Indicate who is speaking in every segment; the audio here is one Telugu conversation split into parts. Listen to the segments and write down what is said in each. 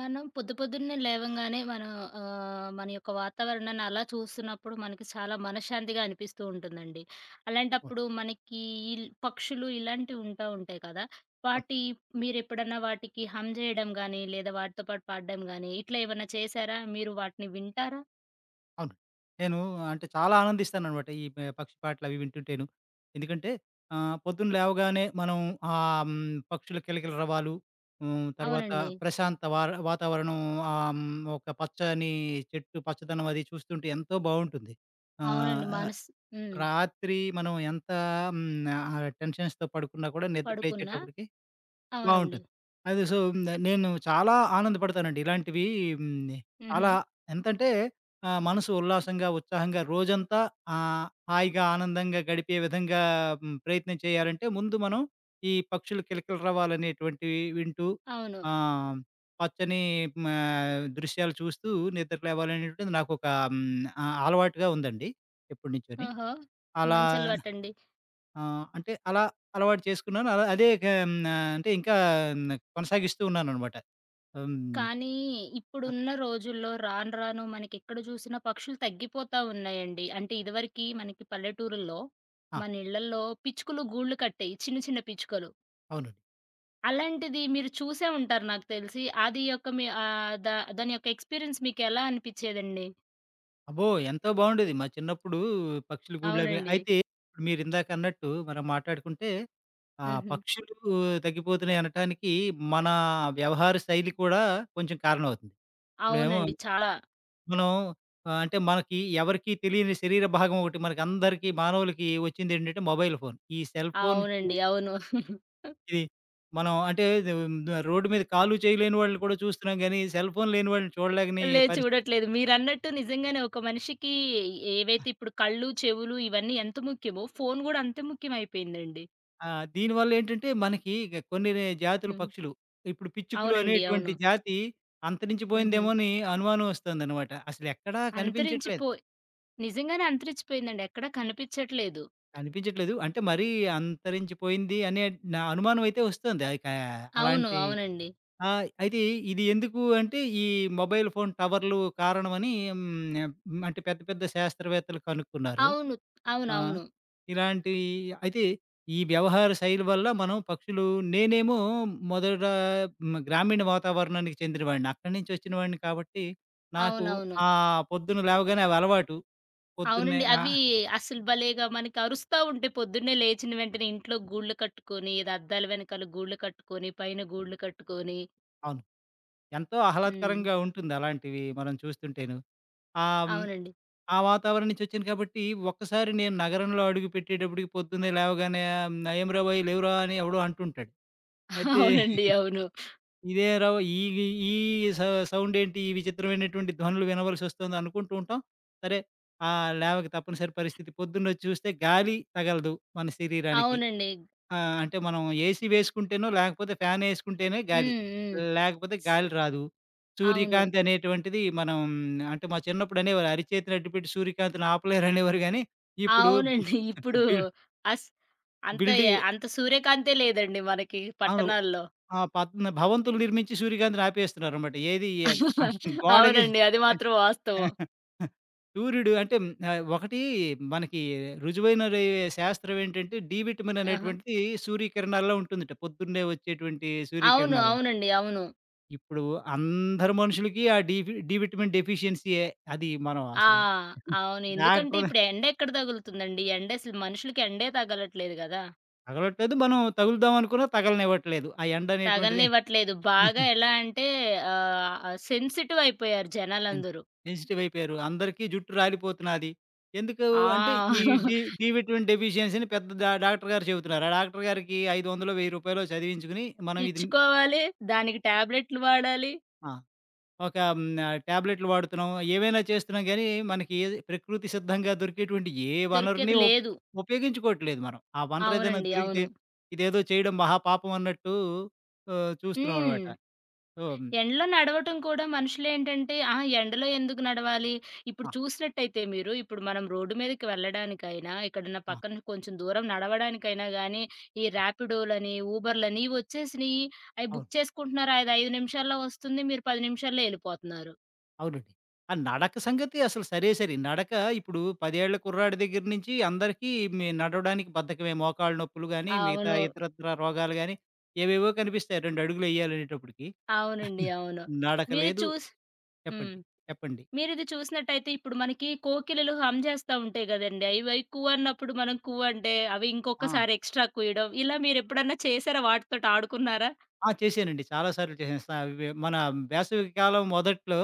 Speaker 1: మనం పొద్దున్నే లేవంగానే మన యొక్క వాతావరణాన్ని అలా చూస్తున్నప్పుడు మనకి చాలా మనశ్శాంతిగా అనిపిస్తూ ఉంటుందండి.
Speaker 2: అవును.
Speaker 1: అలాంటప్పుడు మనకి పక్షులు ఇలాంటివి ఉంటాయి కదా!
Speaker 2: అవును.
Speaker 1: వాటి మీరెప్పుడన్నా వాటికి హమ్ జేయడం గానీ, లేదా వాటితో పాటు పాడడం గానీ, ఇట్లా ఏమన్నా చేశారా? మీరు వాటిని వింటారా?
Speaker 2: అవును. నేను అంటే చాలా ఆనందిస్తాననమాట. ఈ పక్షి పాటలవి వింటుంటేను. ఎందుకంటే పొద్దున్న లేవగానే పక్షుల కిలకిలరవాలు, తర్వాత
Speaker 1: అవునండి.
Speaker 2: ప్రశాంత వాతావరణం, ఆహ్, హ్మ్, ఒక పచ్చని చెట్టు పచ్చదనం అది చూస్తుంటే ఎంతో బావుంటుంది.
Speaker 1: అవునండి.
Speaker 2: ఆహ్,
Speaker 1: హ్మ్.
Speaker 2: రాత్రి మనం ఎంత హ్మ్, ఆ టెన్షన్స్‌తో పడుకున్నా కూడా నిద్ర
Speaker 1: పడుకున్నా,
Speaker 2: లేచేటప్పటికి
Speaker 1: అవునండి.
Speaker 2: బావుంటుంది. అది సో, నేను చాలా ఆనందపడతానండి. ఇలాంటివి హ్మ్,
Speaker 1: హుహు.
Speaker 2: చాలా ఎంతంటే మనసు ఉల్లాసంగా, ఉత్సాహంగా రోజంతా హాయిగా, ఆనందంగా గడిపే విధంగా ప్రయత్నం చేయాలంటే ముందు మనం ఈ పక్షుల కిలకిలరవాలనేటువంటివి వింటూ,
Speaker 1: అవును.
Speaker 2: ఆహ్, పచ్చని మ దృశ్యాలు చూస్తూ నిద్ర లేవాలనేటువంటిది నాకొక హ్మ్, అలవాటుగా ఉందండి ఎప్పటినుంచోని.
Speaker 1: ఓహో!
Speaker 2: అలా
Speaker 1: మంచి అలవాటండి.
Speaker 2: ఆ! అంటే అలా అలవాటు చేసుకున్నాను. అలా అదే అంటే ఇంకా కొనసాగిస్తూ ఉన్నాననమాట. హ్మ్.
Speaker 1: కానీ
Speaker 2: ఆ!
Speaker 1: ఇప్పుడున్న రోజుల్లో రాను రాను మనకెక్కడ చూసినా పక్షులు తగ్గిపోతా ఉన్నాయండి. అంటే ఇదివరకి మనకి పల్లెటూరుల్లో
Speaker 2: ఆ!
Speaker 1: మన ఇళ్ళల్లో పిచ్చుకలు గూళ్ళు కట్టాయి. చిన్న చిన్న పిచ్చుకలు.
Speaker 2: అవునండి.
Speaker 1: అలాంటిది మీరు చూసే ఉంటారు నాకు తెలిసి. అది యొక్క మీ ఆహ్, దా దాని యొక్క ఎక్స్‌పీరియన్స్ మీకెలా అనిపిచ్చేదండి?
Speaker 2: అబ్బో! ఎంతో బావుండేది. మా చిన్నప్పుడు పక్షుల గూళ్ళవి
Speaker 1: అవునండి.
Speaker 2: అయితే ఇప్పుడు మీరిందాకన్నట్టు మనం మాట్లాడుకుంటే ఆ
Speaker 1: హుహు.
Speaker 2: పక్షులు తగ్గిపోతున్నాయి అనటానికి మన వ్యవహార శైలి కూడా కొంచెం కారణమవుతుంది. ఇప్పుడేమో
Speaker 1: అవునండి. చాలా.
Speaker 2: మనం, అంటే మనకి ఎవరికీ తెలియని శరీర భాగం ఒకటి మనకందరికీ మానవులకి వచ్చిందేంటంటే మొబైల్ ఫోన్. ఈ సెల్ ఫోన్
Speaker 1: అవునండి. అవును.
Speaker 2: ఇది మనం అంటే ఇది రోడ్డు మీద కాలు, చెయ్యి లేని వాళ్ళని కూడా చూస్తున్నాం గానీ, సెల్ ఫోన్ లేని వాళ్ళని చూడలేని
Speaker 1: లేదు,
Speaker 2: పరిస్థితి.
Speaker 1: చూడట్లేదు. మీరన్నట్టు నిజంగానే ఒక మనిషికి ఏవైతే ఇప్పుడు కళ్ళు, చెవులు ఇవన్నీ ఎంత ముఖ్యమో ఫోను గూడా అంతే ముఖ్యమైపోయిందండి.
Speaker 2: ఆ! దీనివల్లేంటంటే మనకి కొన్ని జాతుల
Speaker 1: హ్మ్.
Speaker 2: పక్షులు, ఇప్పుడు పిచ్చుకలు
Speaker 1: అవునండి. అవును.
Speaker 2: అనేటువంటి జాతి
Speaker 1: హుహు.
Speaker 2: అంతరించిపోయిందేమో అని అనుమానం వస్తోందనమాట. అసలెక్కడా కనిపించట్లేదు.
Speaker 1: అంతరించిపో నిజంగానే అంతరించిపోయిందండి. ఎక్కడ కనిపించట్లేదు.
Speaker 2: కనిపించట్లేదు. అంటే మరీ అంతరించిపోయింది అనే నా అనుమానం అయితే వస్తోంది. అది కా
Speaker 1: అవును.
Speaker 2: అలాంటి
Speaker 1: అవునండి.
Speaker 2: ఆ! అయితే ఇది ఎందుకు అంటే ఈ మొబైల్ ఫోన్ టవర్లు కారణమని హ్మ్. అంటే పెద్ద పెద్ద శాస్త్రవేత్తలు కనుక్కున్నారు.
Speaker 1: అవును.
Speaker 2: ఆ!
Speaker 1: అవునవును.
Speaker 2: ఇలాంటి అయితే ఈ వ్యవహార శైలి వల్ల మనం పక్షులు నేనేమో మొదట గ్రామీణ వాతావరణానికి చెందినవాడిని. అక్కడి నుంచి వచ్చినవాడిని కాబట్టి నాకు
Speaker 1: అవునవును.
Speaker 2: ఆ పొద్దున లేవగానే అవి అలవాటు. పొద్దున్నే
Speaker 1: అవునండి.
Speaker 2: ఆ!
Speaker 1: అవి అసలు భలేగా మనకి అరుస్తా ఉంటాయి. పొద్దున్నే లేచిన వెంటనే ఇంట్లో గూళ్ళు కట్టుకొని, ఏదో అద్దాల వెనకాల గూళ్ళు కట్టుకొని, పైన గూళ్ళు కట్టుకొని.
Speaker 2: అవును. ఎంతో
Speaker 1: హ్మ్.
Speaker 2: ఆహ్లాదకరంగా ఉంటుంది అలాంటివి మనం చూస్తుంటేను. ఆహ్, హ్మ్,
Speaker 1: అవునండి.
Speaker 2: ఆ వాతావరణం నుంచి వచ్చాను కాబట్టి ఒక్కసారి నేను నగరంలో అడుగుపెట్టేటప్పటికి పొద్దున్నే లేవగానే "ఆ, "ఏం రా బాయ్ లేవురా" అని ఎవడో అంటుంటాడు. అయితే
Speaker 1: అవునండి. అవును.
Speaker 2: ఇదే రవ ఈ ఈ సౌ సౌండ్ ఏంటి? ఈ విచిత్రమైనటువంటి ధ్వనులు వినవలసొస్తుంది అనుకుంటూ ఉంటాం. సరే, లేవక తప్పనిసరి పరిస్థితి. పొద్దున్నొచ్చి చూస్తే గాలి తగలదు మన శరీరానికి.
Speaker 1: అవునండి.
Speaker 2: ఆ! అంటే మనం ఏసీ వేసుకుంటేనో, లేకపోతే ఫ్యానేసుకుంటేనే గాలి.
Speaker 1: హ్మ్. హ్మ్.
Speaker 2: లేకపోతే
Speaker 1: స్
Speaker 2: గాలి రాదు.
Speaker 1: అవును.
Speaker 2: సూర్యకాంతి అనేటువంటిది మనం అంటే మా చిన్నప్పుడు అనేవారు అరిచేతిని అడ్డుపెట్టి సూర్యకాంతిని ఆపలేరనేవారు గానీ, ఇప్పుడు
Speaker 1: అవునండి. ఇప్పుడు
Speaker 2: బిల్
Speaker 1: అస్ అంత ఎ
Speaker 2: బిల్డింగ్
Speaker 1: అంత సూర్యకాంతే లేదండి మనకి
Speaker 2: అవును.
Speaker 1: పట్టణాల్లో.
Speaker 2: ఆ! భవంతులు నిర్మించి సూర్యకాంతిని ఆపేస్తున్నారనమాట. ఏది ఆహ్, గోడకి
Speaker 1: అవునండి. అది మాత్రం వాస్తవం.
Speaker 2: సూర్యుడు అంటే ఒకటి మనకి రుజువైన రే శాస్త్రం ఏంటంటే, డి విటమిన్
Speaker 1: ఆహా!
Speaker 2: అనేటువంటిది సూర్యకిరణాల్లో ఉంటుందట. పొద్దున్నే వచ్చేటువంటి
Speaker 1: అవును.
Speaker 2: సూర్యకిరణాలు.
Speaker 1: అవునండి. అవును.
Speaker 2: ఇప్పుడు అందరు మనుషులకి ఆ డి విటమిన్ డెఫిషియన్సీయే. అది మనం
Speaker 1: ఆ!
Speaker 2: అసలు
Speaker 1: అవును. ఎందుకంటే
Speaker 2: డాక్టర్
Speaker 1: ఇప్పుడు ఎండ ఎక్కడ తగులుతుందండి? ఎండ అసలు మనుషులకి ఎండే తగలట్లేదు గదా!
Speaker 2: తగలట్లేదు. మనం తగులుదాం అనుకున్నా తగలనివ్వట్లేదు. ఆ ఎండ అనేటువంటిది
Speaker 1: తగలనివ్వట్లేదు. బాగా ఎలా అంటే సెన్సిటివ్ అయిపోయారు
Speaker 2: సెన్
Speaker 1: జనాలందరూ.
Speaker 2: సెన్సిటివ్ అయిపోయారు. అందరికీ జుట్టు రాలిపోతున్నాది. ఎందుకు
Speaker 1: ఆ!
Speaker 2: అంటే ఈ డి డి విటమిన్ డెఫిషియన్సీ అని పెద్ద డాక్టర్ గారు చెబుతున్నారు. ఆ డాక్టర్ గారికి రూ. 500, 1000 చదివించుకొని మనం ఇది
Speaker 1: ఇచ్చుకోవాలి. దానికి టాబ్లెట్లు వాడాలి.
Speaker 2: ఆ! ఒక టాబ్లెట్‌లు వాడుతున్నాం. ఏవైనా చేస్తున్నాం గానీ, మనకి ఏది ప్రకృతి సిద్ధంగా దొరికేటువంటి ఏ వనరుని
Speaker 1: దొరికేది లేదు.
Speaker 2: ఉపయోగించుకోవట్లేదు మనం. ఆ వనరు ఏదైనా
Speaker 1: అవునండి. అవును.
Speaker 2: దొరికితే ఇదేదో చేయడం మహాపాపం అన్నట్టు
Speaker 1: హ్మ్.
Speaker 2: చూస్తున్నామనమాట. సో,
Speaker 1: ఎండలో నడవటం కూడా మనుషులేంటంటే, ఆ! ఎండలో ఎందుకు నడవాలి? ఇప్పుడు
Speaker 2: ఆ!
Speaker 1: చూసినట్టయితే మీరు, ఇప్పుడు మనం రోడ్డు మీదకి వెళ్ళడానికైనా, ఎక్కడన్నా
Speaker 2: ఆ!
Speaker 1: పక్కన కొంచెం దూరం నడవడానికైనా గానీ, ఈ
Speaker 2: ఆ!
Speaker 1: ర్యాపిడోలని, ఊబర్‌లని ఇవొచ్చేసినియి. అయి
Speaker 2: అవును.
Speaker 1: బుక్ చేసుకుంటున్నారు. అది 5 నిమిషాల్లో వస్తుంది. మీరు 10 నిమిషాల్లో యెళ్ళిపోతున్నారు.
Speaker 2: అవునండి. ఆ నడక సంగతి అసలు సరే సరి. నడక ఇప్పుడు 10 ఏళ్ల కుర్రాడి దగ్గర నుంచి అందరికీ మీ నడవడానికి బద్ధకమే. మోకాళ్ళ నొప్పులు గాని, మిగతా
Speaker 1: అవును.
Speaker 2: ఇతరత్రా రోగాలు గాని ఏవేవో కనిపిస్తాయి. 2 అడుగులు ఎయ్యాలనేటప్పటికి.
Speaker 1: అవునండి. అవును.
Speaker 2: నడక
Speaker 1: మీరు
Speaker 2: లేదు
Speaker 1: చూసి హ్మ్.
Speaker 2: చెప్పండి. చెప్పండి.
Speaker 1: మీరిది చూసినట్టయితే ఇప్పుడు మనకి కోకిలలు హమ్ చేస్తా ఉంటాయి గదండీ! అవి కు అన్నప్పుడు మనం కు అంటే అవి
Speaker 2: ఆ!
Speaker 1: ఇంకొకసారి ఎక్స్‌ట్రా కూయడం. ఇలా మీరెప్పుడన్నా చేసారా? వాటితోటి ఆడుకున్నారా?
Speaker 2: ఆ! చేశానండి. చాలా సార్లు చేశాను. సా వె మన వేసవి కాలం మొదట్లో,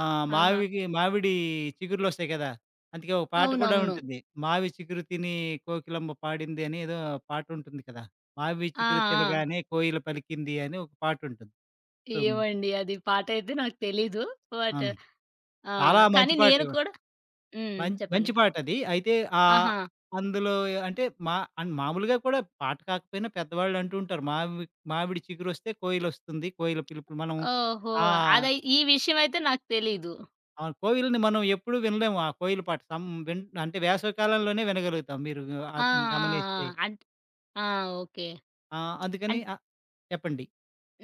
Speaker 2: ఆహ్,
Speaker 1: ఆహా!
Speaker 2: మావికి మామిడి చిగుర్లొస్తాయి కదా! అందుకే ఒక పాట కూడా
Speaker 1: అవునవును.
Speaker 2: ఉంటుంది. మావి చిగురు తిని కోకిలమ్మ పాడింది అని ఏదో పాటుంటుంది కదా! మావి
Speaker 1: ఆ!
Speaker 2: చిగురు
Speaker 1: ఆ!
Speaker 2: తినగానే కోయిల పలికింది అని ఒక పాటుంటుంది. సో,
Speaker 1: ఏమండి అది పాట అయితే నాకు తెలీదు. బట్
Speaker 2: హ్మ్.
Speaker 1: ఆ!
Speaker 2: చాలా
Speaker 1: కానీ
Speaker 2: మంచి
Speaker 1: నేను
Speaker 2: పాటే.
Speaker 1: కూడా హ్మ్. చెప్పండి.
Speaker 2: మంచి పాటది. అయితే ఆహ్,
Speaker 1: ఆహా!
Speaker 2: అందులో అంటే మా అన్ మామూలుగా కూడా పాట కాకపోయినా పెద్దవాళ్ళు అంటూ ఉంటారు. మామిడి చిగురొస్తే కోయిలొస్తుంది. కోయిల పిలుపు మనం
Speaker 1: ఓహో!
Speaker 2: ఆ!
Speaker 1: అదై ఈ విషయం అయితే నాకు తెలీదు.
Speaker 2: ఆ కోయిల్‌ని మనం ఎప్పుడూ వినలేము. ఆ కోయిల పాట సం విన్ అంటే వేసవి కాలంలోనే వినగలుగుతాం. మీరు
Speaker 1: ఆ!
Speaker 2: ఆహ్,
Speaker 1: ఆ! ఆ!
Speaker 2: గమనిస్తే.
Speaker 1: అంట్ ఆ! ఓకే.
Speaker 2: ఆ! అందుకని చెప్పండి.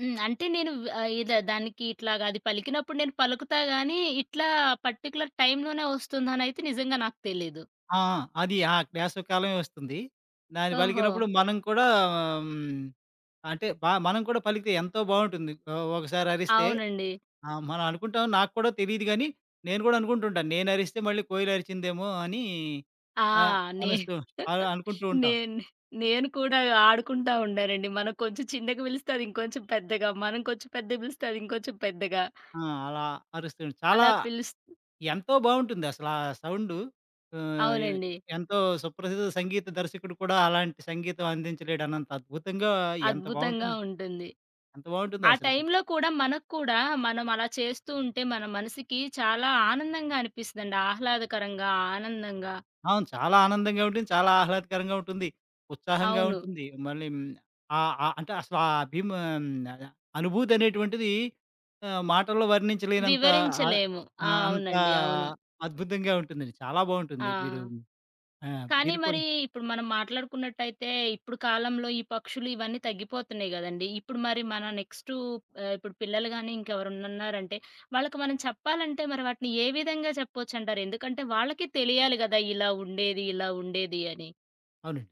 Speaker 1: హ్మ్. అంటే నేను ఆహ్, ఇద దానికి ఇట్లాగ అది పలికినప్పుడు నేను పలుకుతా గానీ, ఇట్లా పర్టిక్యులర్ టైమ్‌లోనే వస్తుందనైతే నిజంగా నాకు తెలీదు.
Speaker 2: ఆ! ఆ! అది ఆ వేసవి కాలమే వస్తుంది. దాన్ని
Speaker 1: ఓహో!
Speaker 2: పలికినప్పుడు మనం కూడా హ్మ్, అంటే మనం కూడా పలికితే ఎంతో బావుంటుంది. ఒకసారి అరిస్తే
Speaker 1: అవునండి.
Speaker 2: ఆ! మనం అనుకుంటాం నాకు కూడా తెలీదు గానీ, నేను కూడా అనుకుంటుంటాను. నేను అరిస్తే మళ్ళీ కోయిల అరిచిందేమో అని
Speaker 1: ఆ!
Speaker 2: ఆహ్,
Speaker 1: నే
Speaker 2: అనుస్తూ అనుకుంటూ ఉంటాం.
Speaker 1: నేను నేను కూడా ఆడుకుంటా ఉండానండి. మనం కొంచెం చిన్నగా పిలిస్తే అది ఇంకొంచెం పెద్దగా, మనం కొంచెం పెద్దగా పిలిస్తే అది ఇంకొంచెం పెద్దగా
Speaker 2: ఆ! అలా అరుస్తూ
Speaker 1: అలా
Speaker 2: చాలా
Speaker 1: పిలుస్తూ
Speaker 2: ఎంతో బావుంటుంది అసలా సౌండు. ఆహ్, ఎ అది.
Speaker 1: అవునండి.
Speaker 2: ఎంతో సుప్రసిద్ధ సంగీత దర్శకుడు కూడా అలాంటి సంగీతం అందించలేడు అన్నంత అద్భుతంగా ఎంత
Speaker 1: అద్భుతంగా
Speaker 2: బావుంటుంది.
Speaker 1: ఉంటుంది.
Speaker 2: ఎంత బావుంటుందో
Speaker 1: ఆ
Speaker 2: అసలు.
Speaker 1: టైంలో కూడా మనకు కూడా మనం అలా చేస్తూ ఉంటే మన మనసుకి చాలా ఆనందంగా అనిపిస్తదండి. ఆహ్లాదకరంగా, ఆనందంగా.
Speaker 2: అవును. చాలా ఆనందంగా ఉంటుంది. చాలా ఆహ్లాదకరంగా ఉంటుంది. ఉత్సాహంగా
Speaker 1: అవును.
Speaker 2: ఉంటుంది. మళ్ళీ అంటే అసలు ఆహ్, అనుభూతి అనేటువంటిది మాటల్లో వర్ణించలేనంత ఆహ్,
Speaker 1: వివరించలేము. ఆ!
Speaker 2: ఆహ్, అంత
Speaker 1: అవునండి. అవును.
Speaker 2: అద్భుతంగా ఉంటుందండి. చాలా
Speaker 1: ఆ!
Speaker 2: బావుంటుంది. మీరు ఆ!
Speaker 1: కానీ
Speaker 2: మీరు కూడా
Speaker 1: మరి ఇప్పుడు మనం మాట్లాడుకున్నట్టయితే ఇప్పుడు కాలంలో ఈ పక్షులు ఇవన్నీ తగ్గిపోతున్నాయి గదండీ! ఇప్పుడు మరి మన నెక్స్టు ఇప్పుడు పిల్లలు గాని ఇంకెవరన్నా ఉన్నారంటే వాళ్ళకి మనం చెప్పాలంటే మరి వాటిని ఏ విధంగా చెప్పొచ్చంటారు? ఎందుకంటే వాళ్ళకి తెలియాలి గదా! ఇలా ఉండేది, ఇలా ఉండేది అని.
Speaker 2: అవునండి.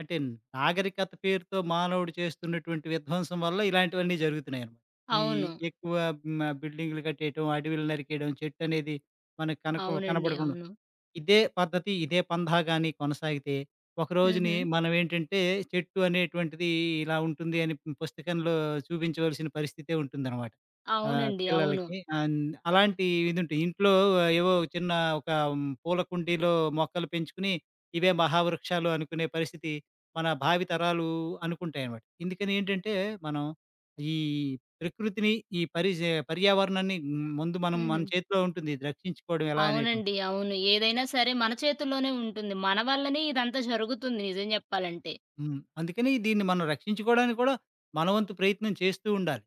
Speaker 2: అంటే నాగరికత పేరుతో మానవుడు చేస్తున్నటువంటి విధ్వంసం వల్ల ఇలాంటివన్నీ జరుగుతున్నాయన్నమాట. ఈ
Speaker 1: అవును.
Speaker 2: ఎక్కువ బిల్డింగులు కట్టేయటం, అడవిలు నరికేయడం, చెట్టనేది మనకు కనక
Speaker 1: అవునండి.
Speaker 2: కనపడకుండా
Speaker 1: అవును.
Speaker 2: ఇదే పద్ధతి, ఇదే పందా గాని కొనసాగితే, ఒకరోజుని
Speaker 1: హుహు.
Speaker 2: మనమేంటంటే, చెట్టు అనేటువంటిది ఇలా ఉంటుంది అని పుస్తకంలో చూపించవలసిన పరిస్థితే ఉంటుందనమాట.
Speaker 1: అవునండి. అవును.
Speaker 2: పిల్లలకి. అలాంటి ఇదుంటాయి. ఇంట్లో ఏవో చిన్న ఒక పూల కుండీలో మొక్కలు పెంచుకుని, ఇవే మహావృక్షాలు అనుకునే పరిస్థితి మన భావితరాలు అనుకుంటాయనమాట. ఇందుకని ఏంటంటే, మనం ఈ ప్రకృతిని, ఈ పర్యావరణాన్ని ముందు మనం మన
Speaker 1: హుహు.
Speaker 2: చేతిలో ఉంటుంది. ఇది రక్షించుకోవడం ఎలా అనేటువంటిది.
Speaker 1: అవునండి. అవును. ఏదైనా సరే మన చేతుల్లోనే ఉంటుంది. మన వల్లనే ఇదంతా జరుగుతుంది నిజం జెప్పాలంటే.
Speaker 2: హ్మ్. అందుకని దీన్ని మనం రక్షించుకోవడానికి కూడా మన వంతు ప్రయత్నం చేస్తూ ఉండాలి.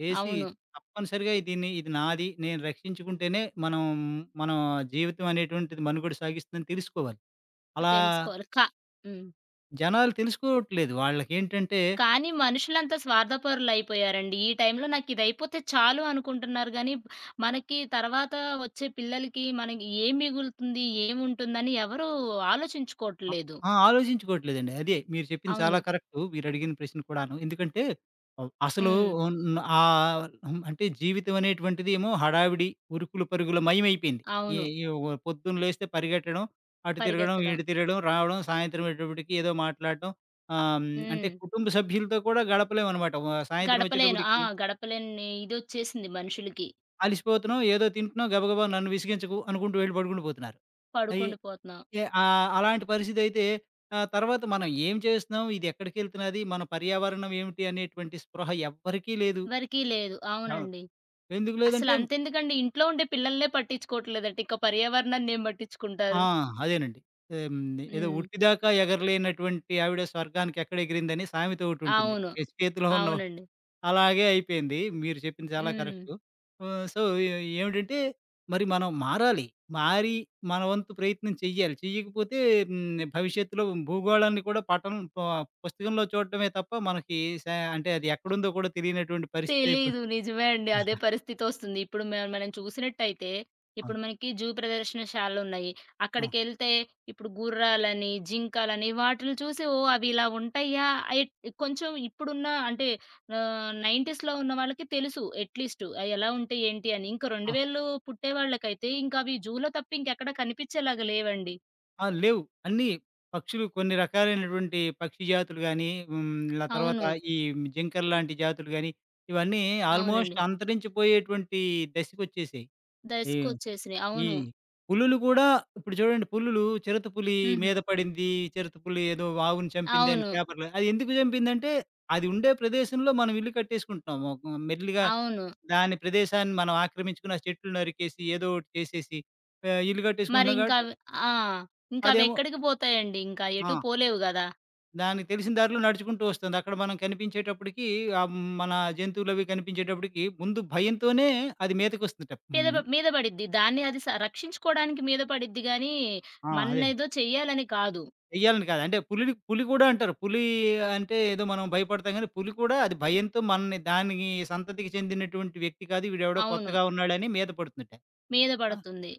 Speaker 2: చేసి
Speaker 1: అవును.
Speaker 2: తప్పనిసరిగా దీన్ని ఇది నాది. నేను రక్షించుకుంటేనే మనం మన జీవితం అనేటువంటిది మనుగడ సాగిస్తుందని తెలుసుకోవాలి. అలా
Speaker 1: తెలుసుకోవాలి. హ్మ్.
Speaker 2: జనాలు తెలుసుకోవట్లేదు. వాళ్ళకేంటంటే
Speaker 1: కానీ మనుషులంతా స్వార్థపరులయిపోయారండి. ఈ టైంలో నాకిదయిపోతే చాలు అనుకుంటున్నారు గానీ, మనకి తర్వాత వచ్చే పిల్లలకి మనకి ఏం మిగులుతుంది? ఏముంటుందని ఎవరూ
Speaker 2: ఆ!
Speaker 1: ఆలోచించుకోవట్లేదు.
Speaker 2: ఆ! ఆలోచించుకోవట్లేదండి. అదే మీరు చెప్పింది
Speaker 1: అవును.
Speaker 2: చాలా కరెక్టు. మీరడిగిన ప్రశ్న కూడాను. ఎందుకంటే అసలు
Speaker 1: హ్మ్.
Speaker 2: ఉన్న ఆహ్, హ్మ్. అంటే జీవితం అనేటువంటిది ఏమో హడావిడి, ఉరుకులు పరుగుల మయమైపోయింది. ఈ
Speaker 1: అవును.
Speaker 2: ఈ ఓ పొద్దున్న లేస్తే పరిగెట్టడం, అటు తిరగడం,
Speaker 1: పరిగెత్తడం.
Speaker 2: ఇటు తిరగడం, రావడం, సాయంత్రం అయ్యేటప్పటికి ఏదో మాట్లాడడం. ఆహ్, హ్మ్. అంటే
Speaker 1: హ్మ్.
Speaker 2: కుటుంబ సభ్యులతో కూడా గడపలేమనమాట. సాయంత్రం
Speaker 1: గడపలేను. ఆ!
Speaker 2: వచ్చేటప్పటికి
Speaker 1: గడపలేని ఇదొచ్చేసింది మనుషులకి.
Speaker 2: అలిసిపోతున్నాం, ఏదో తింటున్నాం, గబగబా నన్ను విసిగించకు అనుకుంటూ వెళ్ళి పడుకుండిపోతున్నారు. అయి
Speaker 1: పడుకుండిపోతున్నా.
Speaker 2: అలాంటి పరిస్థితయితే తర్వాత మనం ఏం చేస్తున్నాం? ఇది ఎక్కడికెళ్తున్నది? మన పర్యావరణం ఏమిటి? అనేటువంటి స్పృహ ఎవ్వరికీ లేదు.
Speaker 1: వరకీ లేదు.
Speaker 2: అవును.
Speaker 1: అవునండి.
Speaker 2: ఎందుకు లేదంటే
Speaker 1: అసలంతెందుకండి ఇంట్లో ఉండే పిల్లలనే పట్టించుకోవట్లేదట. ఇక పర్యావరణాన్నేం
Speaker 2: ఆ!
Speaker 1: పట్టించుకుంటారు.
Speaker 2: అదేనండి. హ్మ్. ఏదో
Speaker 1: హ్మ్.
Speaker 2: "ఉట్టిదాకా ఎగరలేనటువంటి ఆవిడ స్వర్గానికెక్కడ ఎగిరిందని" సామెతోకటుంటుంది.
Speaker 1: అవును.
Speaker 2: చేతిలో ఉన్న
Speaker 1: అవునండి.
Speaker 2: అలాగే అయిపోయింది. మీరు చెప్పింది చాలా
Speaker 1: హ్మ్.
Speaker 2: కరెక్టు. సో, ఏ ఏమిటంటే మరి మనం మారాలి. మారి మన వంతు ప్రయత్నం చెయ్యాలి. చెయ్యకపోతే భవిష్యత్తులో భూగోళాన్ని కూడా పటం ప పుస్తకంలో చూడటమే తప్ప మనకి స అంటే అది ఎక్కడుందో కూడా తెలియనటువంటి పరిస్థితి అయిపోతుంది.
Speaker 1: తెలీదు. నిజమే అండి. అదే పరిస్థితొస్తుంది. ఇప్పుడు మనం చూసినట్టయితే, ఇప్పుడు
Speaker 2: అవును.
Speaker 1: మనకి జూ ప్రదర్శనశాలలున్నాయి.
Speaker 2: అవును.
Speaker 1: అక్కడికెళ్తే ఇప్పుడు గుర్రాలని, జింకలని వాటిలిని చూసి ఓహ్! అవి ఇలా ఉంటాయా? ఎట్ కొంచెం ఇప్పుడున్న అంటే 90s లో ఉన్న వాళ్ళకి తెలుసు అట్‌లీస్టు అయి ఎలా ఉంటాయి, ఏంటి అని. ఇంక
Speaker 2: ఆ!
Speaker 1: 2000 పుట్టే వాళ్ళకైతే ఇంకా అవి జూలో తప్ప ఇంకెక్కడ కనిపిచ్చేలాగా లేవండి.
Speaker 2: ఆ! లేవు. అన్నీ పక్షులు కొన్ని రకాలైనటువంటి పక్షి జాతులు గాని, ఆ తర్వాత
Speaker 1: అవును.
Speaker 2: ఈ జింకల్లాంటి జాతులు గాని, ఇవన్నీ
Speaker 1: అవునండి.
Speaker 2: ఆల్మోస్ట్ అంతరించిపోయేటువంటి దశకొచ్చేసాయి. ఈ
Speaker 1: దయస్కొచ్చేసినియి.
Speaker 2: ఈ
Speaker 1: అవును.
Speaker 2: పులులు కూడా ఇప్పుడు చూడండి పులులు చిరుతపులి
Speaker 1: హుహు.
Speaker 2: మీద పడింది, చిరుతపులి ఏదో ఆవును చంపింది అని
Speaker 1: అవును.
Speaker 2: పేపర్‌లో అది ఎందుకు చంపిందంటే, అది ఉండే ప్రదేశంలో మనం ఇల్లు కట్టేసుకుంటున్నాం. ఒక మెల్లిగా
Speaker 1: అవును.
Speaker 2: దాని ప్రదేశాన్ని మనం ఆక్రమించుకుని, ఆ చెట్లు నరికేసి, ఏదో ఒకటి చేసేసి ఇల్లు కట్టేసుకుంటున్నాం
Speaker 1: మరింకా
Speaker 2: కాబట్టి,
Speaker 1: అవి ఆ!
Speaker 2: అదేమో
Speaker 1: ఇంకవెక్కడికి పోతాయండి, ఇంకా
Speaker 2: ఆ!
Speaker 1: ఎటు పోలేవు గదా!
Speaker 2: దానికి తెలిసిన దారిలో నడుచుకుంటూ వస్తుంది. అక్కడ మనం కనిపించేటప్పటికి ఆహ్, మన జంతువులవి కనిపించేటప్పటికి ముందు భయంతోనే అది మీదకొస్తుందట.
Speaker 1: మీద బ
Speaker 2: హ్మ్.
Speaker 1: మీద పడిద్ది. దాన్ని అది రక్షించుకోవడానికి మీద పడిద్ది గానీ,
Speaker 2: ఆ! అదే.
Speaker 1: మనలేదో చెయ్యాలని కాదు.
Speaker 2: వెయ్యాలని కాదు. అంటే పులిని పులి కూడా అంటారు. పులి అంటే ఏదో మనం భయపడతాం గానీ, పులి కూడా అది భయంతో మనని దానికి సంతతికి చెందినటువంటి వ్యక్తి కాదు. వీడెవడో
Speaker 1: అవును.
Speaker 2: కొత్తగా ఉన్నాడని మీద పడుతుందట.
Speaker 1: మీద
Speaker 2: ఆ!
Speaker 1: పడుతుంది.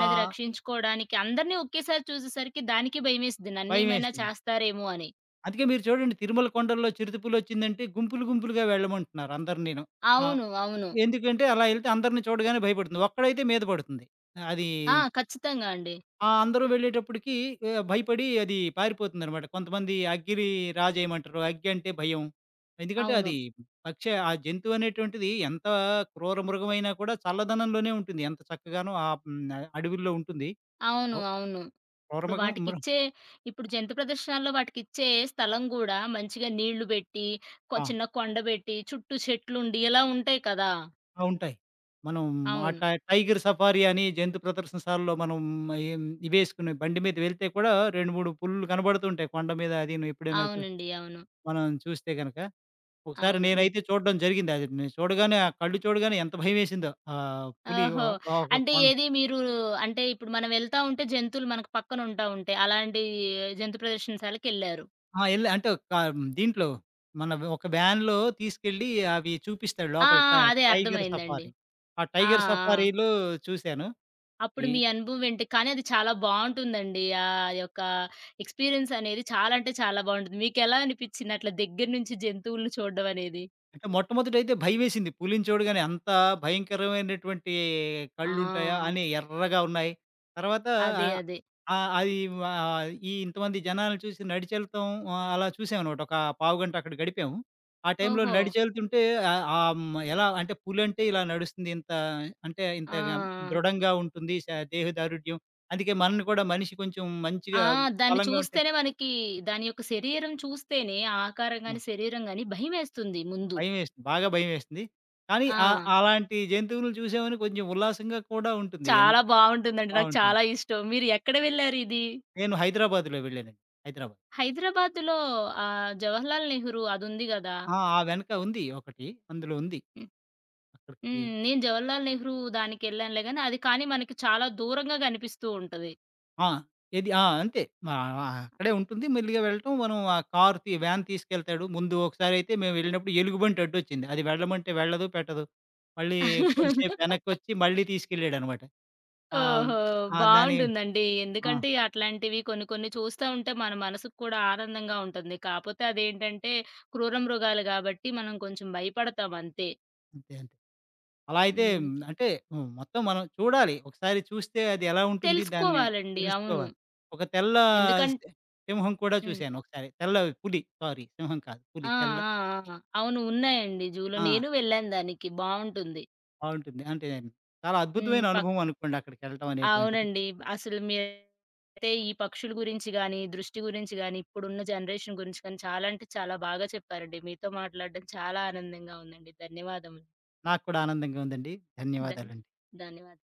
Speaker 2: ఆ!
Speaker 1: రక్షించుకోవడానికి అందరిని ఒకేసారి చూసేసరికి దానికి భయమేసిద్ది. నన్నేమైనా
Speaker 2: భయమేస్తుంది.
Speaker 1: చేస్తారేమో అని.
Speaker 2: అందుకే మీరు చూడండి 'తిరుమల కొండల్లో' చిరుతపులొచ్చిందంటే గుంపులు గుంపులుగా వెళ్ళమంటున్నారు అందరినీను. ఆ!
Speaker 1: అవును. అవును.
Speaker 2: ఎందుకంటే అలా ఎళ్తే అందరిని చూడగానే భయపడుతుంది. ఒక్కడైతే మీద పడుతుంది. అది
Speaker 1: ఆ! ఖచ్చితంగా అండి.
Speaker 2: ఆ! అందరూ వెళ్ళేటప్పటికి భయపడి అది పారిపోతుందనమాట. కొంతమంది అగ్గిని రాజేయమంటారు. అగ్గి అంటే భయం. ఎందుకంటే
Speaker 1: అవును.
Speaker 2: అది పక్షి ఆ జంతువు అనేటువంటిది ఎంత క్రూర మృగమైనా కూడా చల్లదనంలోనే ఉంటుంది. ఎంత చక్కగానో ఆ అడవుల్లో ఉంటుంది.
Speaker 1: అవును.
Speaker 2: క్రూ
Speaker 1: అవును.
Speaker 2: క్రూర
Speaker 1: ఇప్పుడు
Speaker 2: మృగం
Speaker 1: వాటికిచ్చే ఇప్పుడు జంతు ప్రదర్శనలో వాటికిచ్చే స్థలం గూడా మంచిగా నీళ్లు బెట్టి,
Speaker 2: ఆ!
Speaker 1: చిన్న కొండ బెట్టి, చుట్టూ చెట్లుండి ఇలా ఉంటాయి కదా!
Speaker 2: ఆ! ఉంటాయి. మనం ఆ
Speaker 1: అవును.
Speaker 2: టై టైగర్ సఫారీ అని జంతు ప్రదర్శనశాలలో మనం ఏం ఇవేసుకుని బండి మీద వెళ్తే కూడా 2, 3 పులులు కనబడుతుంటాయి. కొండ మీద అదీను ఎప్పుడైనా
Speaker 1: అవునండి. అవును.
Speaker 2: మనం చూస్తే గనక. ఒకసారి
Speaker 1: అవును.
Speaker 2: నేనైతే చూడడం జరిగింది. అది నేను చూడగానే ఆ కళ్ళు చూడగానే ఎంత భయమేసిందో. ఆహ్, పులి ఒ
Speaker 1: ఓహో!
Speaker 2: ఆ ఒక
Speaker 1: అంటే
Speaker 2: కొండ
Speaker 1: ఏది మీరు అంటే ఇప్పుడు మనం వెళ్తా ఉంటే జంతువులు మనకు పక్కన ఉంటాయి. అలాంటి జంతు ప్రదర్శనశాలకెళ్లారు.
Speaker 2: ఆ! ఎళ్ళి అంటే ఒక దీంట్లో మన ఒక వ్యాన్‌లో తీసుకెళ్ళి అవి చూపిస్తాడు
Speaker 1: ఆ! ఆ!
Speaker 2: లోపల
Speaker 1: అదే
Speaker 2: టైగర్
Speaker 1: అర్థమైందండి.
Speaker 2: సఫారీ. ఆ
Speaker 1: ఆ!
Speaker 2: టైగర్
Speaker 1: ఆ!
Speaker 2: సఫారీలో చూశాను.
Speaker 1: అప్పుడు
Speaker 2: ఈ
Speaker 1: మీ అనుభవం ఏంటి? కానీ అది చాలా బావుంటుందండి. ఆ యొక్క ఎక్స్‌పీరియన్స్ అనేది చాలా అంటే చాలా బావుంటుంది. మీకెలా అనిపిచ్చింది అట్లా దగ్గర నుంచి జంతువులను చూడడం అనేది?
Speaker 2: అంటే మొట్టమొదటైతే భయమేసింది. పులిని చూడగానే అంత భయంకరమైనటువంటి కళ్ళుంటాయా?
Speaker 1: ఆ!
Speaker 2: అని ఎర్రగా ఉన్నాయి. తర్వాత
Speaker 1: అదే.
Speaker 2: ఆహ్,
Speaker 1: అదే.
Speaker 2: ఆహ్, అది ఈ ఇంతమంది జనాలను చూసి నడిచెళ్తాం అలా చూసామనమాట. ఒక పావుగంట అక్కడ గడిపాము. ఆ టైంలో
Speaker 1: ఓహో!
Speaker 2: నడిచెళ్తుంటే ఆహ్, ఆహ్, హ్మ్, ఎలా అంటే పులంటే ఇలా నడుస్తుంది. ఇంత అంటే ఇంత
Speaker 1: ఆ!
Speaker 2: గ
Speaker 1: ఆ!
Speaker 2: దృఢంగా ఉంటుంది. దేహదారుఢ్యం. అందుకే మనల్ని కూడా మనిషి కొంచెం మంచిగా
Speaker 1: ఆ! దాన్ని
Speaker 2: బలంగా ఉంటే
Speaker 1: చూస్తేనే మనకి దాని యొక్క శరీరం చూస్తేనే ఆ ఆకారం గాని, శరీరం గాని భయమేస్తుంది ముందు.
Speaker 2: భయమేస్తుంది. బాగా భయమేస్తుంది. కానీ
Speaker 1: ఆ!
Speaker 2: అలాంటి జంతువులను చూసామని కొంచెం ఉల్లాసంగా కూడా ఉంటుంది. ఎంత
Speaker 1: చాలా బావుంటుందండి. నాకు
Speaker 2: బావుంటుంది.
Speaker 1: చాలా ఇష్టం. మీరు ఎక్కడ వెళ్లారిది?
Speaker 2: నేను హైదరాబాద్‌లో వెళ్ళానండి. హైదరాబాద్.
Speaker 1: హైదరాబాద్‌లో జవహర్‌లాల్ నెహ్రూ అదుంది గదా!
Speaker 2: ఆ! ఆ వెనక ఉంది ఒకటి. అందులో ఉంది. అక్కడికి
Speaker 1: హ్మ్. నేను 'జవహర్లాల్ నెహ్రూ' దానికెళ్ళానులే గానీ, అది కానీ మనకి చాలా దూరంగా గనిపిస్తూ ఉంటది.
Speaker 2: ఆ! ఏది ఆ! అంతే. మా ఆ, అక్కడే ఉంటుంది. మెల్లిగా వెళ్ళటం మనం ఆ కార్ తీ వ్యాన్ తీసుకెళ్తాడు. ముందు ఒకసారైతే మేము వెళ్ళినప్పుడు ఎలుగుబంటి అడ్డొచ్చింది. అది వెళ్ళమంటే వెళ్ళదు, పెట్టదు. మళ్ళీ కొంచెం సేపు వెనక్కొచ్చి మళ్ళీ తీసుకెళ్ళాడనమాట. ఆహ్, హ్మ్.
Speaker 1: ఓహో!
Speaker 2: ఆ! దాని
Speaker 1: బావుంటుందండి.
Speaker 2: ఆ!
Speaker 1: ఎందుకంటే, అట్లాంటివి కొన్ని కొన్ని చూస్తా ఉంటే మన మనసుకు కూడా ఆనందంగా ఉంటుంది. కాపోతే అదేంటంటే, క్రూర మృగాలు గాబట్టి మనం కొంచెం భయపడతాం అంతే.
Speaker 2: అంతే. అంతే. అలా అయితే హ్మ్.
Speaker 1: హ్మ్.
Speaker 2: అంటే హ్మ్. మొత్తం మనం చూడాలి. ఒకసారి చూస్తే అది ఎలా ఉంటుంది దాన్ని
Speaker 1: తెలుసుకోవాలండి. అవును.
Speaker 2: తెలుసుకోవాలి. ఒక తెల్ల
Speaker 1: ఎందుకం
Speaker 2: సి సింహం కూడా
Speaker 1: హ్మ్.
Speaker 2: చూశాను ఒకసారి. తెల్ల పులి సారీ సింహం కాదు. పులి
Speaker 1: ఆ!
Speaker 2: తెల్ల
Speaker 1: ఆ! ఆ! అవును. ఉన్నాయండి జూలో.
Speaker 2: ఆ!
Speaker 1: నేను వెళ్ళాను దానికి. బావుంటుంది.
Speaker 2: బావుంటుంది. అంటే చాలా
Speaker 1: హ్మ్.
Speaker 2: అద్భుతమైన అనుభవం అనుకోండి అక్కడికెళ్ళటం అనేటువంటిది.
Speaker 1: అవునండి. అసలు మీరైతే ఈ పక్షుల గురించి గాని, దృష్టి గురించి గాని, ఇప్పుడున్న జనరేషన్ గురించి కానీ చాలా అంటే చాలా బాగా చెప్పారండి. మీతో మాట్లాడడం చాలా ఆనందంగా ఉందండి. ధన్యవాదములు.
Speaker 2: నాకు కూడా ఆనందంగా ఉందండి.
Speaker 1: ధన్
Speaker 2: ధన్యవాదాలండి.
Speaker 1: ధన్యవాదాలు.